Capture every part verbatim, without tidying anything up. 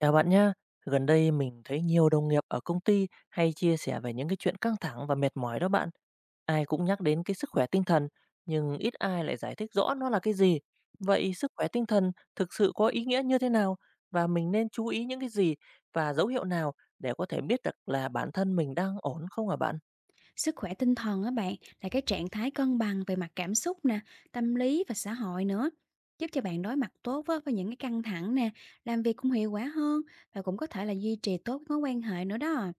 Chào bạn nhá. Gần đây mình thấy nhiều đồng nghiệp ở công ty hay chia sẻ về những cái chuyện căng thẳng và mệt mỏi đó bạn. Ai cũng nhắc đến cái sức khỏe tinh thần, nhưng ít ai lại giải thích rõ nó là cái gì. Vậy sức khỏe tinh thần thực sự có ý nghĩa như thế nào và mình nên chú ý những cái gì và dấu hiệu nào để có thể biết được là bản thân mình đang ổn không hả bạn? Sức khỏe tinh thần á bạn là cái trạng thái cân bằng về mặt cảm xúc nè, tâm lý và xã hội nữa. Giúp cho bạn đối mặt tốt với, với những cái căng thẳng nè, làm việc cũng hiệu quả hơn và cũng có thể là duy trì tốt mối quan hệ nữa đó.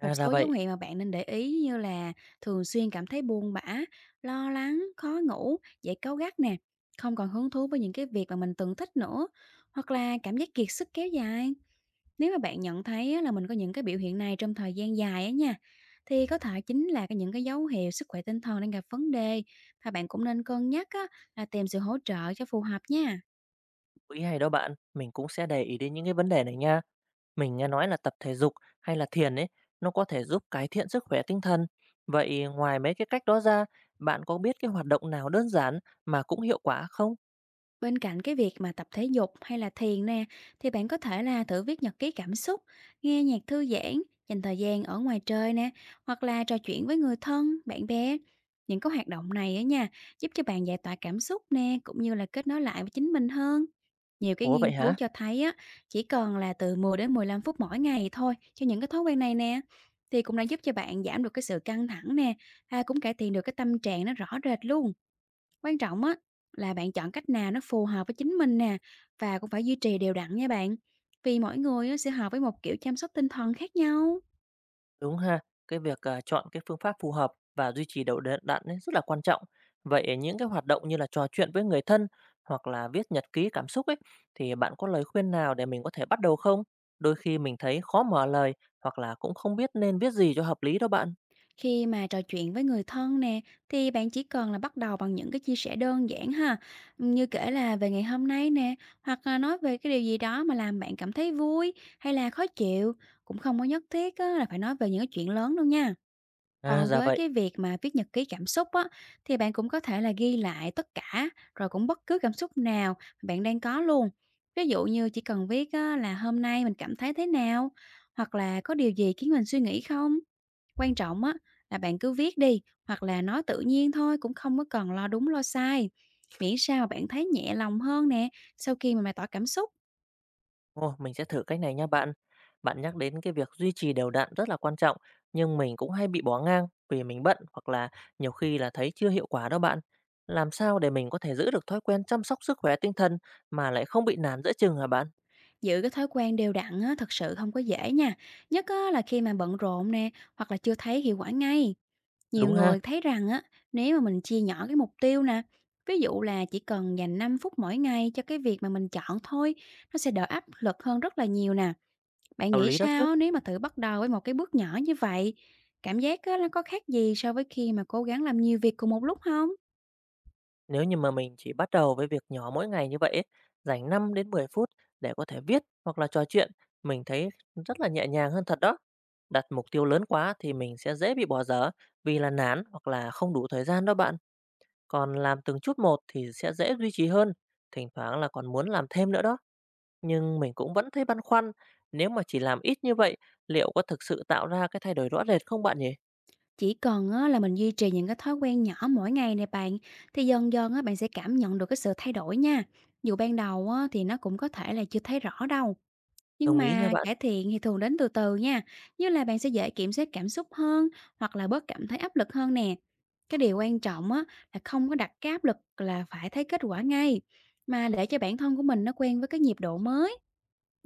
Một là số dấu vậy. hiệu mà bạn nên để ý như là thường xuyên cảm thấy buồn bã, lo lắng, khó ngủ, dễ cáu gắt nè, không còn hứng thú với những cái việc mà mình từng thích nữa, hoặc là cảm giác kiệt sức kéo dài. Nếu mà bạn nhận thấy á, là mình có những cái biểu hiện này trong thời gian dài á nha, thì có thể chính là cái những cái dấu hiệu sức khỏe tinh thần đang gặp vấn đề, và bạn cũng nên cân nhắc á, là tìm sự hỗ trợ cho phù hợp nha. Ý hay đó bạn, mình cũng sẽ để ý đến những cái vấn đề này nha. Mình nghe nói là tập thể dục hay là thiền ấy, nó có thể giúp cải thiện sức khỏe tinh thần. Vậy ngoài mấy cái cách đó ra, bạn có biết cái hoạt động nào đơn giản mà cũng hiệu quả không? Bên cạnh cái việc mà tập thể dục hay là thiền nè, thì bạn có thể là thử viết nhật ký cảm xúc, nghe nhạc thư giãn, dành thời gian ở ngoài trời nè, hoặc là trò chuyện với người thân, bạn bè. Những cái hoạt động này á nha, giúp cho bạn giải tỏa cảm xúc nè, cũng như là kết nối lại với chính mình hơn. Nhiều cái Ủa vậy nghiên cứu hả? cho thấy á, chỉ cần là từ mười đến mười lăm phút mỗi ngày thôi cho những cái thói quen này nè, thì cũng đã giúp cho bạn giảm được cái sự căng thẳng nè, và cũng cải thiện được cái tâm trạng nó rõ rệt luôn. Quan trọng á, là bạn chọn cách nào nó phù hợp với chính mình nè, và cũng phải duy trì đều đặn nha bạn. Vì mỗi người á, sẽ hợp với một kiểu chăm sóc tinh thần khác nhau. Đúng ha, cái việc à, chọn cái phương pháp phù hợp và duy trì đều đặn đặn ấy rất là quan trọng. Vậy những cái hoạt động như là trò chuyện với người thân hoặc là viết nhật ký cảm xúc ấy, thì bạn có lời khuyên nào để mình có thể bắt đầu không? Đôi khi mình thấy khó mở lời hoặc là cũng không biết nên viết gì cho hợp lý đó bạn. Khi mà trò chuyện với người thân nè, thì bạn chỉ cần là bắt đầu bằng những cái chia sẻ đơn giản ha, như kể là về ngày hôm nay nè, hoặc là nói về cái điều gì đó mà làm bạn cảm thấy vui hay là khó chịu, cũng không có nhất thiết á, là phải nói về những cái chuyện lớn đâu nha. À, Còn dạ với vậy. cái việc mà viết nhật ký cảm xúc á, thì bạn cũng có thể là ghi lại tất cả, rồi cũng bất cứ cảm xúc nào bạn đang có luôn. Ví dụ như chỉ cần viết á, là hôm nay mình cảm thấy thế nào, hoặc là có điều gì khiến mình suy nghĩ không. Quan trọng á, là bạn cứ viết đi, hoặc là nói tự nhiên thôi, cũng không có cần lo đúng lo sai. Miễn sao mà bạn thấy nhẹ lòng hơn nè, sau khi mà mày tỏ cảm xúc. Ồ, mình sẽ thử cách này nha bạn. Bạn nhắc đến cái việc duy trì đều đặn rất là quan trọng, nhưng mình cũng hay bị bỏ ngang vì mình bận hoặc là nhiều khi là thấy chưa hiệu quả đó bạn. Làm sao để mình có thể giữ được thói quen chăm sóc sức khỏe tinh thần mà lại không bị nản giữa chừng hả bạn? Giữ cái thói quen đều đặn á, thật sự không có dễ nha, nhất á, là khi mà bận rộn nè, hoặc là chưa thấy hiệu quả ngay. Nhiều Đúng ha, người thấy rằng á, nếu mà mình chia nhỏ cái mục tiêu nè, ví dụ là chỉ cần dành năm phút mỗi ngày cho cái việc mà mình chọn thôi, nó sẽ đỡ áp lực hơn rất là nhiều nè. Bạn đạo nghĩ lý đó chứ. sao á, nếu mà thử bắt đầu với một cái bước nhỏ như vậy? Cảm giác á, nó có khác gì so với khi mà cố gắng làm nhiều việc cùng một lúc không? Nếu như mà mình chỉ bắt đầu với việc nhỏ mỗi ngày như vậy, ấy, dành năm đến mười phút để có thể viết hoặc là trò chuyện, mình thấy rất là nhẹ nhàng hơn thật đó. Đặt mục tiêu lớn quá thì mình sẽ dễ bị bỏ dở vì là nản hoặc là không đủ thời gian đó bạn. Còn làm từng chút một thì sẽ dễ duy trì hơn, thỉnh thoảng là còn muốn làm thêm nữa đó, nhưng mình cũng vẫn thấy băn khoăn, nếu mà chỉ làm ít như vậy, liệu có thực sự tạo ra cái thay đổi rõ rệt không bạn nhỉ? Chỉ cần á, là mình duy trì những cái thói quen nhỏ mỗi ngày này bạn, thì dần dần á, bạn sẽ cảm nhận được cái sự thay đổi nha. Dù ban đầu á, thì nó cũng có thể là chưa thấy rõ đâu, nhưng Đồng ý nha mà bạn. cải thiện thì thường đến từ từ nha. Như là bạn sẽ dễ kiểm soát cảm xúc hơn, hoặc là bớt cảm thấy áp lực hơn nè. Cái điều quan trọng á, là không có đặt cái áp lực là phải thấy kết quả ngay, mà để cho bản thân của mình nó quen với cái nhịp độ mới.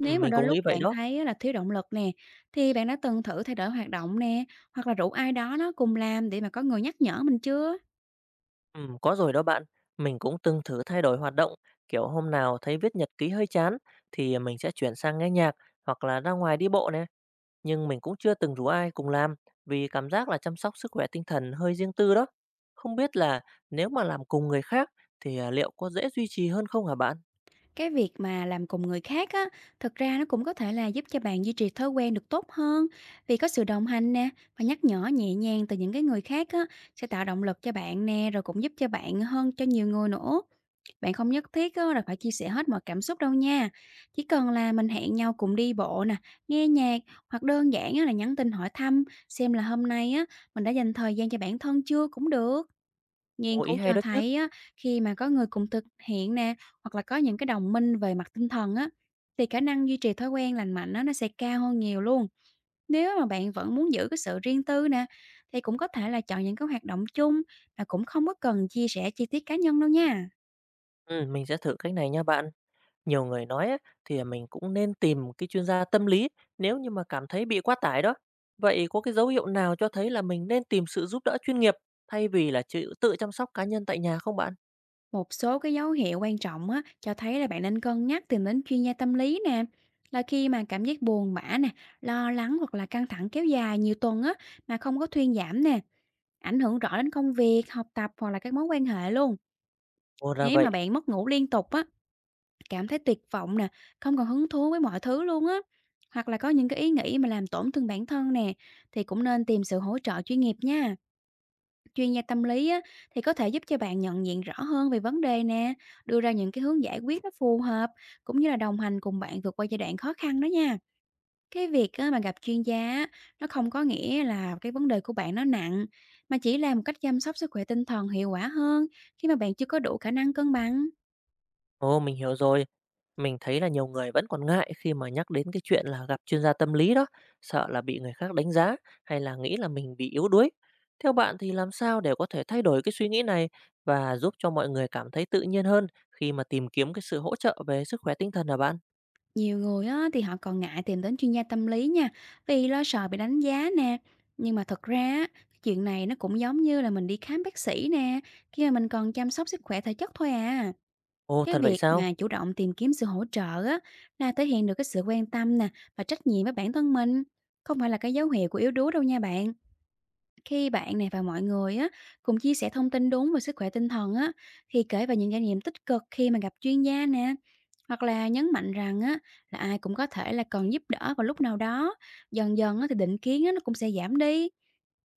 Ừm, mà mình đôi cũng nghĩ lúc vậy bạn đó. thấy á, là thiếu động lực nè, thì bạn đã từng thử thay đổi hoạt động nè, hoặc là rủ ai đó nó cùng làm để mà có người nhắc nhở mình chưa? Ừm, có rồi đó bạn, mình cũng từng thử thay đổi hoạt động, kiểu hôm nào thấy viết nhật ký hơi chán thì mình sẽ chuyển sang nghe nhạc hoặc là ra ngoài đi bộ này. Nhưng mình cũng chưa từng rủ ai cùng làm vì cảm giác là chăm sóc sức khỏe tinh thần hơi riêng tư đó. Không biết là nếu mà làm cùng người khác thì à, liệu có dễ duy trì hơn không hả bạn? Cái việc mà làm cùng người khác á, thực ra nó cũng có thể là giúp cho bạn duy trì thói quen được tốt hơn, vì có sự đồng hành nè, và nhắc nhở nhẹ nhàng từ những cái người khác á, sẽ tạo động lực cho bạn nè, rồi cũng giúp cho bạn hơn cho nhiều người nữa. Bạn không nhất thiết á, là phải chia sẻ hết mọi cảm xúc đâu nha. Chỉ cần là mình hẹn nhau cùng đi bộ nè, nghe nhạc, hoặc đơn giản á, là nhắn tin hỏi thăm xem là hôm nay á, mình đã dành thời gian cho bản thân chưa cũng được. Nghiên Ồ, ý cứu hay cho đó chứ. thấy á, khi mà có người cùng thực hiện nè, hoặc là có những cái đồng minh về mặt tinh thần á, thì khả năng duy trì thói quen lành mạnh á, nó sẽ cao hơn nhiều luôn. Nếu mà bạn vẫn muốn giữ cái sự riêng tư nè, thì cũng có thể là chọn những cái hoạt động chung mà cũng không có cần chia sẻ chi tiết cá nhân đâu nha. Ừ, mình sẽ thử cách này nha bạn. Nhiều người nói á, thì à, mình cũng nên tìm một cái chuyên gia tâm lý nếu như mà cảm thấy bị quá tải đó. Vậy có cái dấu hiệu nào cho thấy là mình nên tìm sự giúp đỡ chuyên nghiệp thay vì là chữ tự chăm sóc cá nhân tại nhà không bạn? Một số cái dấu hiệu quan trọng á, cho thấy là bạn nên cân nhắc tìm đến chuyên gia tâm lý nè. Là khi mà cảm giác buồn bã nè, lo lắng hoặc là căng thẳng kéo dài nhiều tuần á, mà không có thuyên giảm nè, ảnh hưởng rõ đến công việc, học tập hoặc là các mối quan hệ luôn. Ồ ra Nếu vậy. mà bạn mất ngủ liên tục á, cảm thấy tuyệt vọng nè, không còn hứng thú với mọi thứ luôn á, hoặc là có những cái ý nghĩ mà làm tổn thương bản thân nè, thì cũng nên tìm sự hỗ trợ chuyên nghiệp nha. Chuyên gia tâm lý á, thì có thể giúp cho bạn nhận diện rõ hơn về vấn đề nè, đưa ra những cái hướng giải quyết nó phù hợp, cũng như là đồng hành cùng bạn vượt qua giai đoạn khó khăn đó nha. Cái việc á, mà gặp chuyên gia á, nó không có nghĩa là cái vấn đề của bạn nó nặng, mà chỉ là một cách chăm sóc sức khỏe tinh thần hiệu quả hơn khi mà bạn chưa có đủ khả năng cân bằng. Ồ, mình hiểu rồi. Mình thấy là nhiều người vẫn còn ngại khi mà nhắc đến cái chuyện là gặp chuyên gia tâm lý đó, sợ là bị người khác đánh giá hay là nghĩ là mình bị yếu đuối. Theo bạn thì làm sao để có thể thay đổi cái suy nghĩ này và giúp cho mọi người cảm thấy tự nhiên hơn khi mà tìm kiếm cái sự hỗ trợ về sức khỏe tinh thần hả bạn? Nhiều người á, thì họ còn ngại tìm đến chuyên gia tâm lý nha, vì lo sợ bị đánh giá nè. Nhưng mà thật ra á, cái chuyện này nó cũng giống như là mình đi khám bác sĩ nè, khi mà mình còn chăm sóc sức khỏe thể chất thôi à. Ồ, Cái thật vậy việc sao? mà chủ động tìm kiếm sự hỗ trợ á, là thể hiện được cái sự quan tâm nè, và trách nhiệm với bản thân mình, không phải là cái dấu hiệu của yếu đuối đâu nha bạn. Khi bạn này và mọi người á, cùng chia sẻ thông tin đúng về sức khỏe tinh thần á, thì kể về những trải nghiệm tích cực khi mà gặp chuyên gia nè, hoặc là nhấn mạnh rằng á, là ai cũng có thể là cần giúp đỡ vào lúc nào đó, dần dần á, thì định kiến á, nó cũng sẽ giảm đi.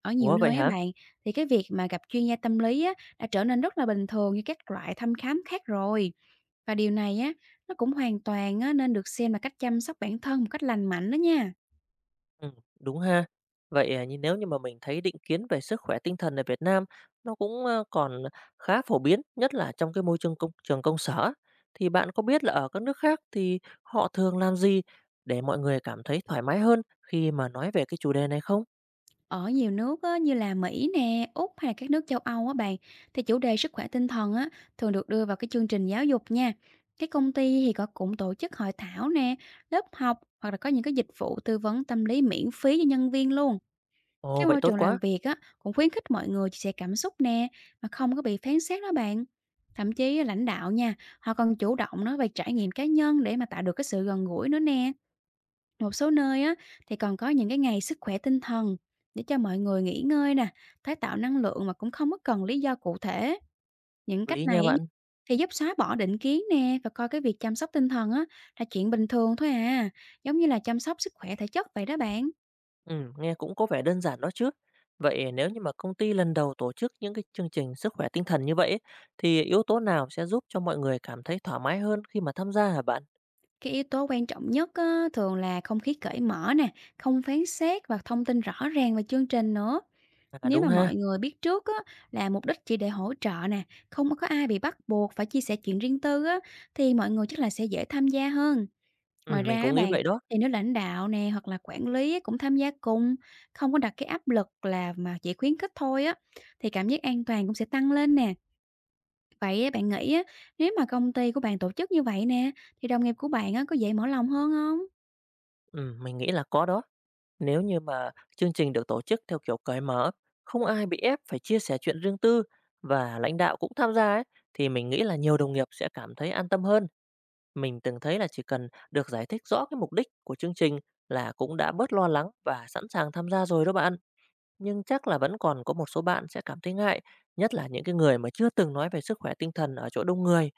Ở nhiều Ủa vậy nơi á hả? bạn, thì cái việc mà gặp chuyên gia tâm lý á, đã trở nên rất là bình thường như các loại thăm khám khác rồi, và điều này á, nó cũng hoàn toàn á, nên được xem là cách chăm sóc bản thân một cách lành mạnh đó nha. Ừm, đúng ha. Vậy, à, như nếu như mà mình thấy định kiến về sức khỏe tinh thần ở Việt Nam nó cũng, ơ, còn khá phổ biến, nhất là trong cái môi trường công trường công sở thì bạn có biết là ở các nước khác thì họ thường làm gì để mọi người cảm thấy thoải mái hơn khi mà nói về cái chủ đề này không? Ở nhiều nước á, như là Mỹ nè, Úc hay là các nước châu Âu á bạn, thì chủ đề sức khỏe tinh thần á, thường được đưa vào cái chương trình giáo dục nha. Cái công ty thì có cũng tổ chức hội thảo nè, lớp học, hoặc là có những cái dịch vụ tư vấn tâm lý miễn phí cho nhân viên luôn. Ồ, Cái vậy môi tốt trường làm quá. việc á, cũng khuyến khích mọi người chia sẻ cảm xúc nè, mà không có bị phán xét đó bạn. Thậm chí lãnh đạo nha, họ còn chủ động nói về trải nghiệm cá nhân để mà tạo được cái sự gần gũi nữa nè. Một số nơi á, thì còn có những cái ngày sức khỏe tinh thần để cho mọi người nghỉ ngơi nè, tái tạo năng lượng mà cũng không có cần lý do cụ thể. Những Hợp cách lý nha này á, bạn. thì giúp xóa bỏ định kiến nè, và coi cái việc chăm sóc tinh thần á, là chuyện bình thường thôi à, giống như là chăm sóc sức khỏe thể chất vậy đó bạn. Ừm, nghe cũng có vẻ đơn giản đó chứ. Vậy nếu như mà công ty lần đầu tổ chức những cái chương trình sức khỏe tinh thần như vậy ấy, thì yếu tố nào sẽ giúp cho mọi người cảm thấy thoải mái hơn khi mà tham gia hả bạn? Cái yếu tố quan trọng nhất á, thường là không khí cởi mở nè, không phán xét và thông tin rõ ràng về chương trình nữa. À, Nếu đúng mà ha. mọi người biết trước á, là mục đích chỉ để hỗ trợ nè, không có ai bị bắt buộc phải chia sẻ chuyện riêng tư á, thì mọi người chắc là sẽ dễ tham gia hơn. Ngoài Ừm, mình ra á cũng nghĩ bạn, vậy đó. thì nếu lãnh đạo nè, hoặc là quản lý á, cũng tham gia cùng, không có đặt cái áp lực là mà chỉ khuyến khích thôi á, thì cảm giác an toàn cũng sẽ tăng lên nè. Vậy á, bạn nghĩ á, nếu mà công ty của bạn tổ chức như vậy nè, thì đồng nghiệp của bạn á, có dễ mở lòng hơn không? Ừm, mình nghĩ là có đó. Nếu như mà chương trình được tổ chức theo kiểu cởi mở, không ai bị ép phải chia sẻ chuyện riêng tư và lãnh đạo cũng tham gia ấy, thì mình nghĩ là nhiều đồng nghiệp sẽ cảm thấy an tâm hơn. Mình từng thấy là chỉ cần được giải thích rõ cái mục đích của chương trình là cũng đã bớt lo lắng và sẵn sàng tham gia rồi đó bạn. Nhưng chắc là vẫn còn có một số bạn sẽ cảm thấy ngại, nhất là những cái người mà chưa từng nói về sức khỏe tinh thần ở chỗ đông người.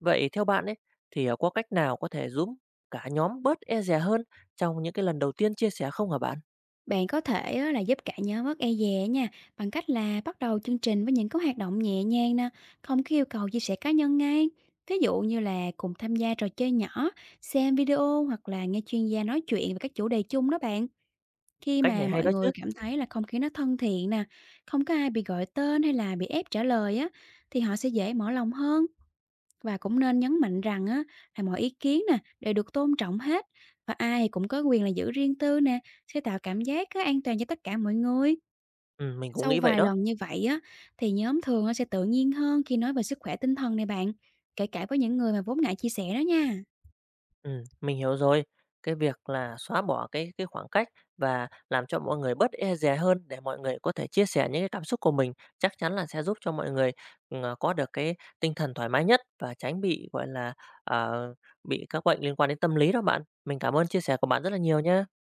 Vậy theo bạn ấy thì ờ, có cách nào có thể giúp cả nhóm bớt e dè hơn trong những cái lần đầu tiên chia sẻ không hả bạn? Bạn có thể á, là giúp cả nhóm bớt e dè nha, bằng cách là bắt đầu chương trình với những cái hoạt động nhẹ nhàng nè, không có yêu cầu chia sẻ cá nhân ngay. Ví dụ như là cùng tham gia trò chơi nhỏ, xem video, hoặc là nghe chuyên gia nói chuyện về các chủ đề chung đó bạn. Khi Cách mà này hay mọi đó người chứ. cảm thấy là không khí nó thân thiện nè, không có ai bị gọi tên hay là bị ép trả lời á, thì họ sẽ dễ mở lòng hơn. Và cũng nên nhấn mạnh rằng á, là mọi ý kiến nè đều được tôn trọng hết, và ai cũng có quyền là giữ riêng tư nè, sẽ tạo cảm giác á, an toàn cho tất cả mọi người. Ừ, mình cũng Sau nghĩ vậy vài đó. lần như vậy á, thì nhóm thường á, sẽ tự nhiên hơn khi nói về sức khỏe tinh thần này bạn, kể cả với những người mà vốn ngại chia sẻ đó nha. Ừ, mình hiểu rồi. Cái việc là xóa bỏ cái cái khoảng cách và làm cho mọi người bớt e dè hơn để mọi người có thể chia sẻ những cái cảm xúc của mình chắc chắn là sẽ giúp cho mọi người ừ, ờ, có được cái tinh thần thoải mái nhất và tránh bị gọi là ờ, bị các bệnh liên quan đến tâm lý đó bạn. Mình cảm ơn chia sẻ của bạn rất là nhiều nhé.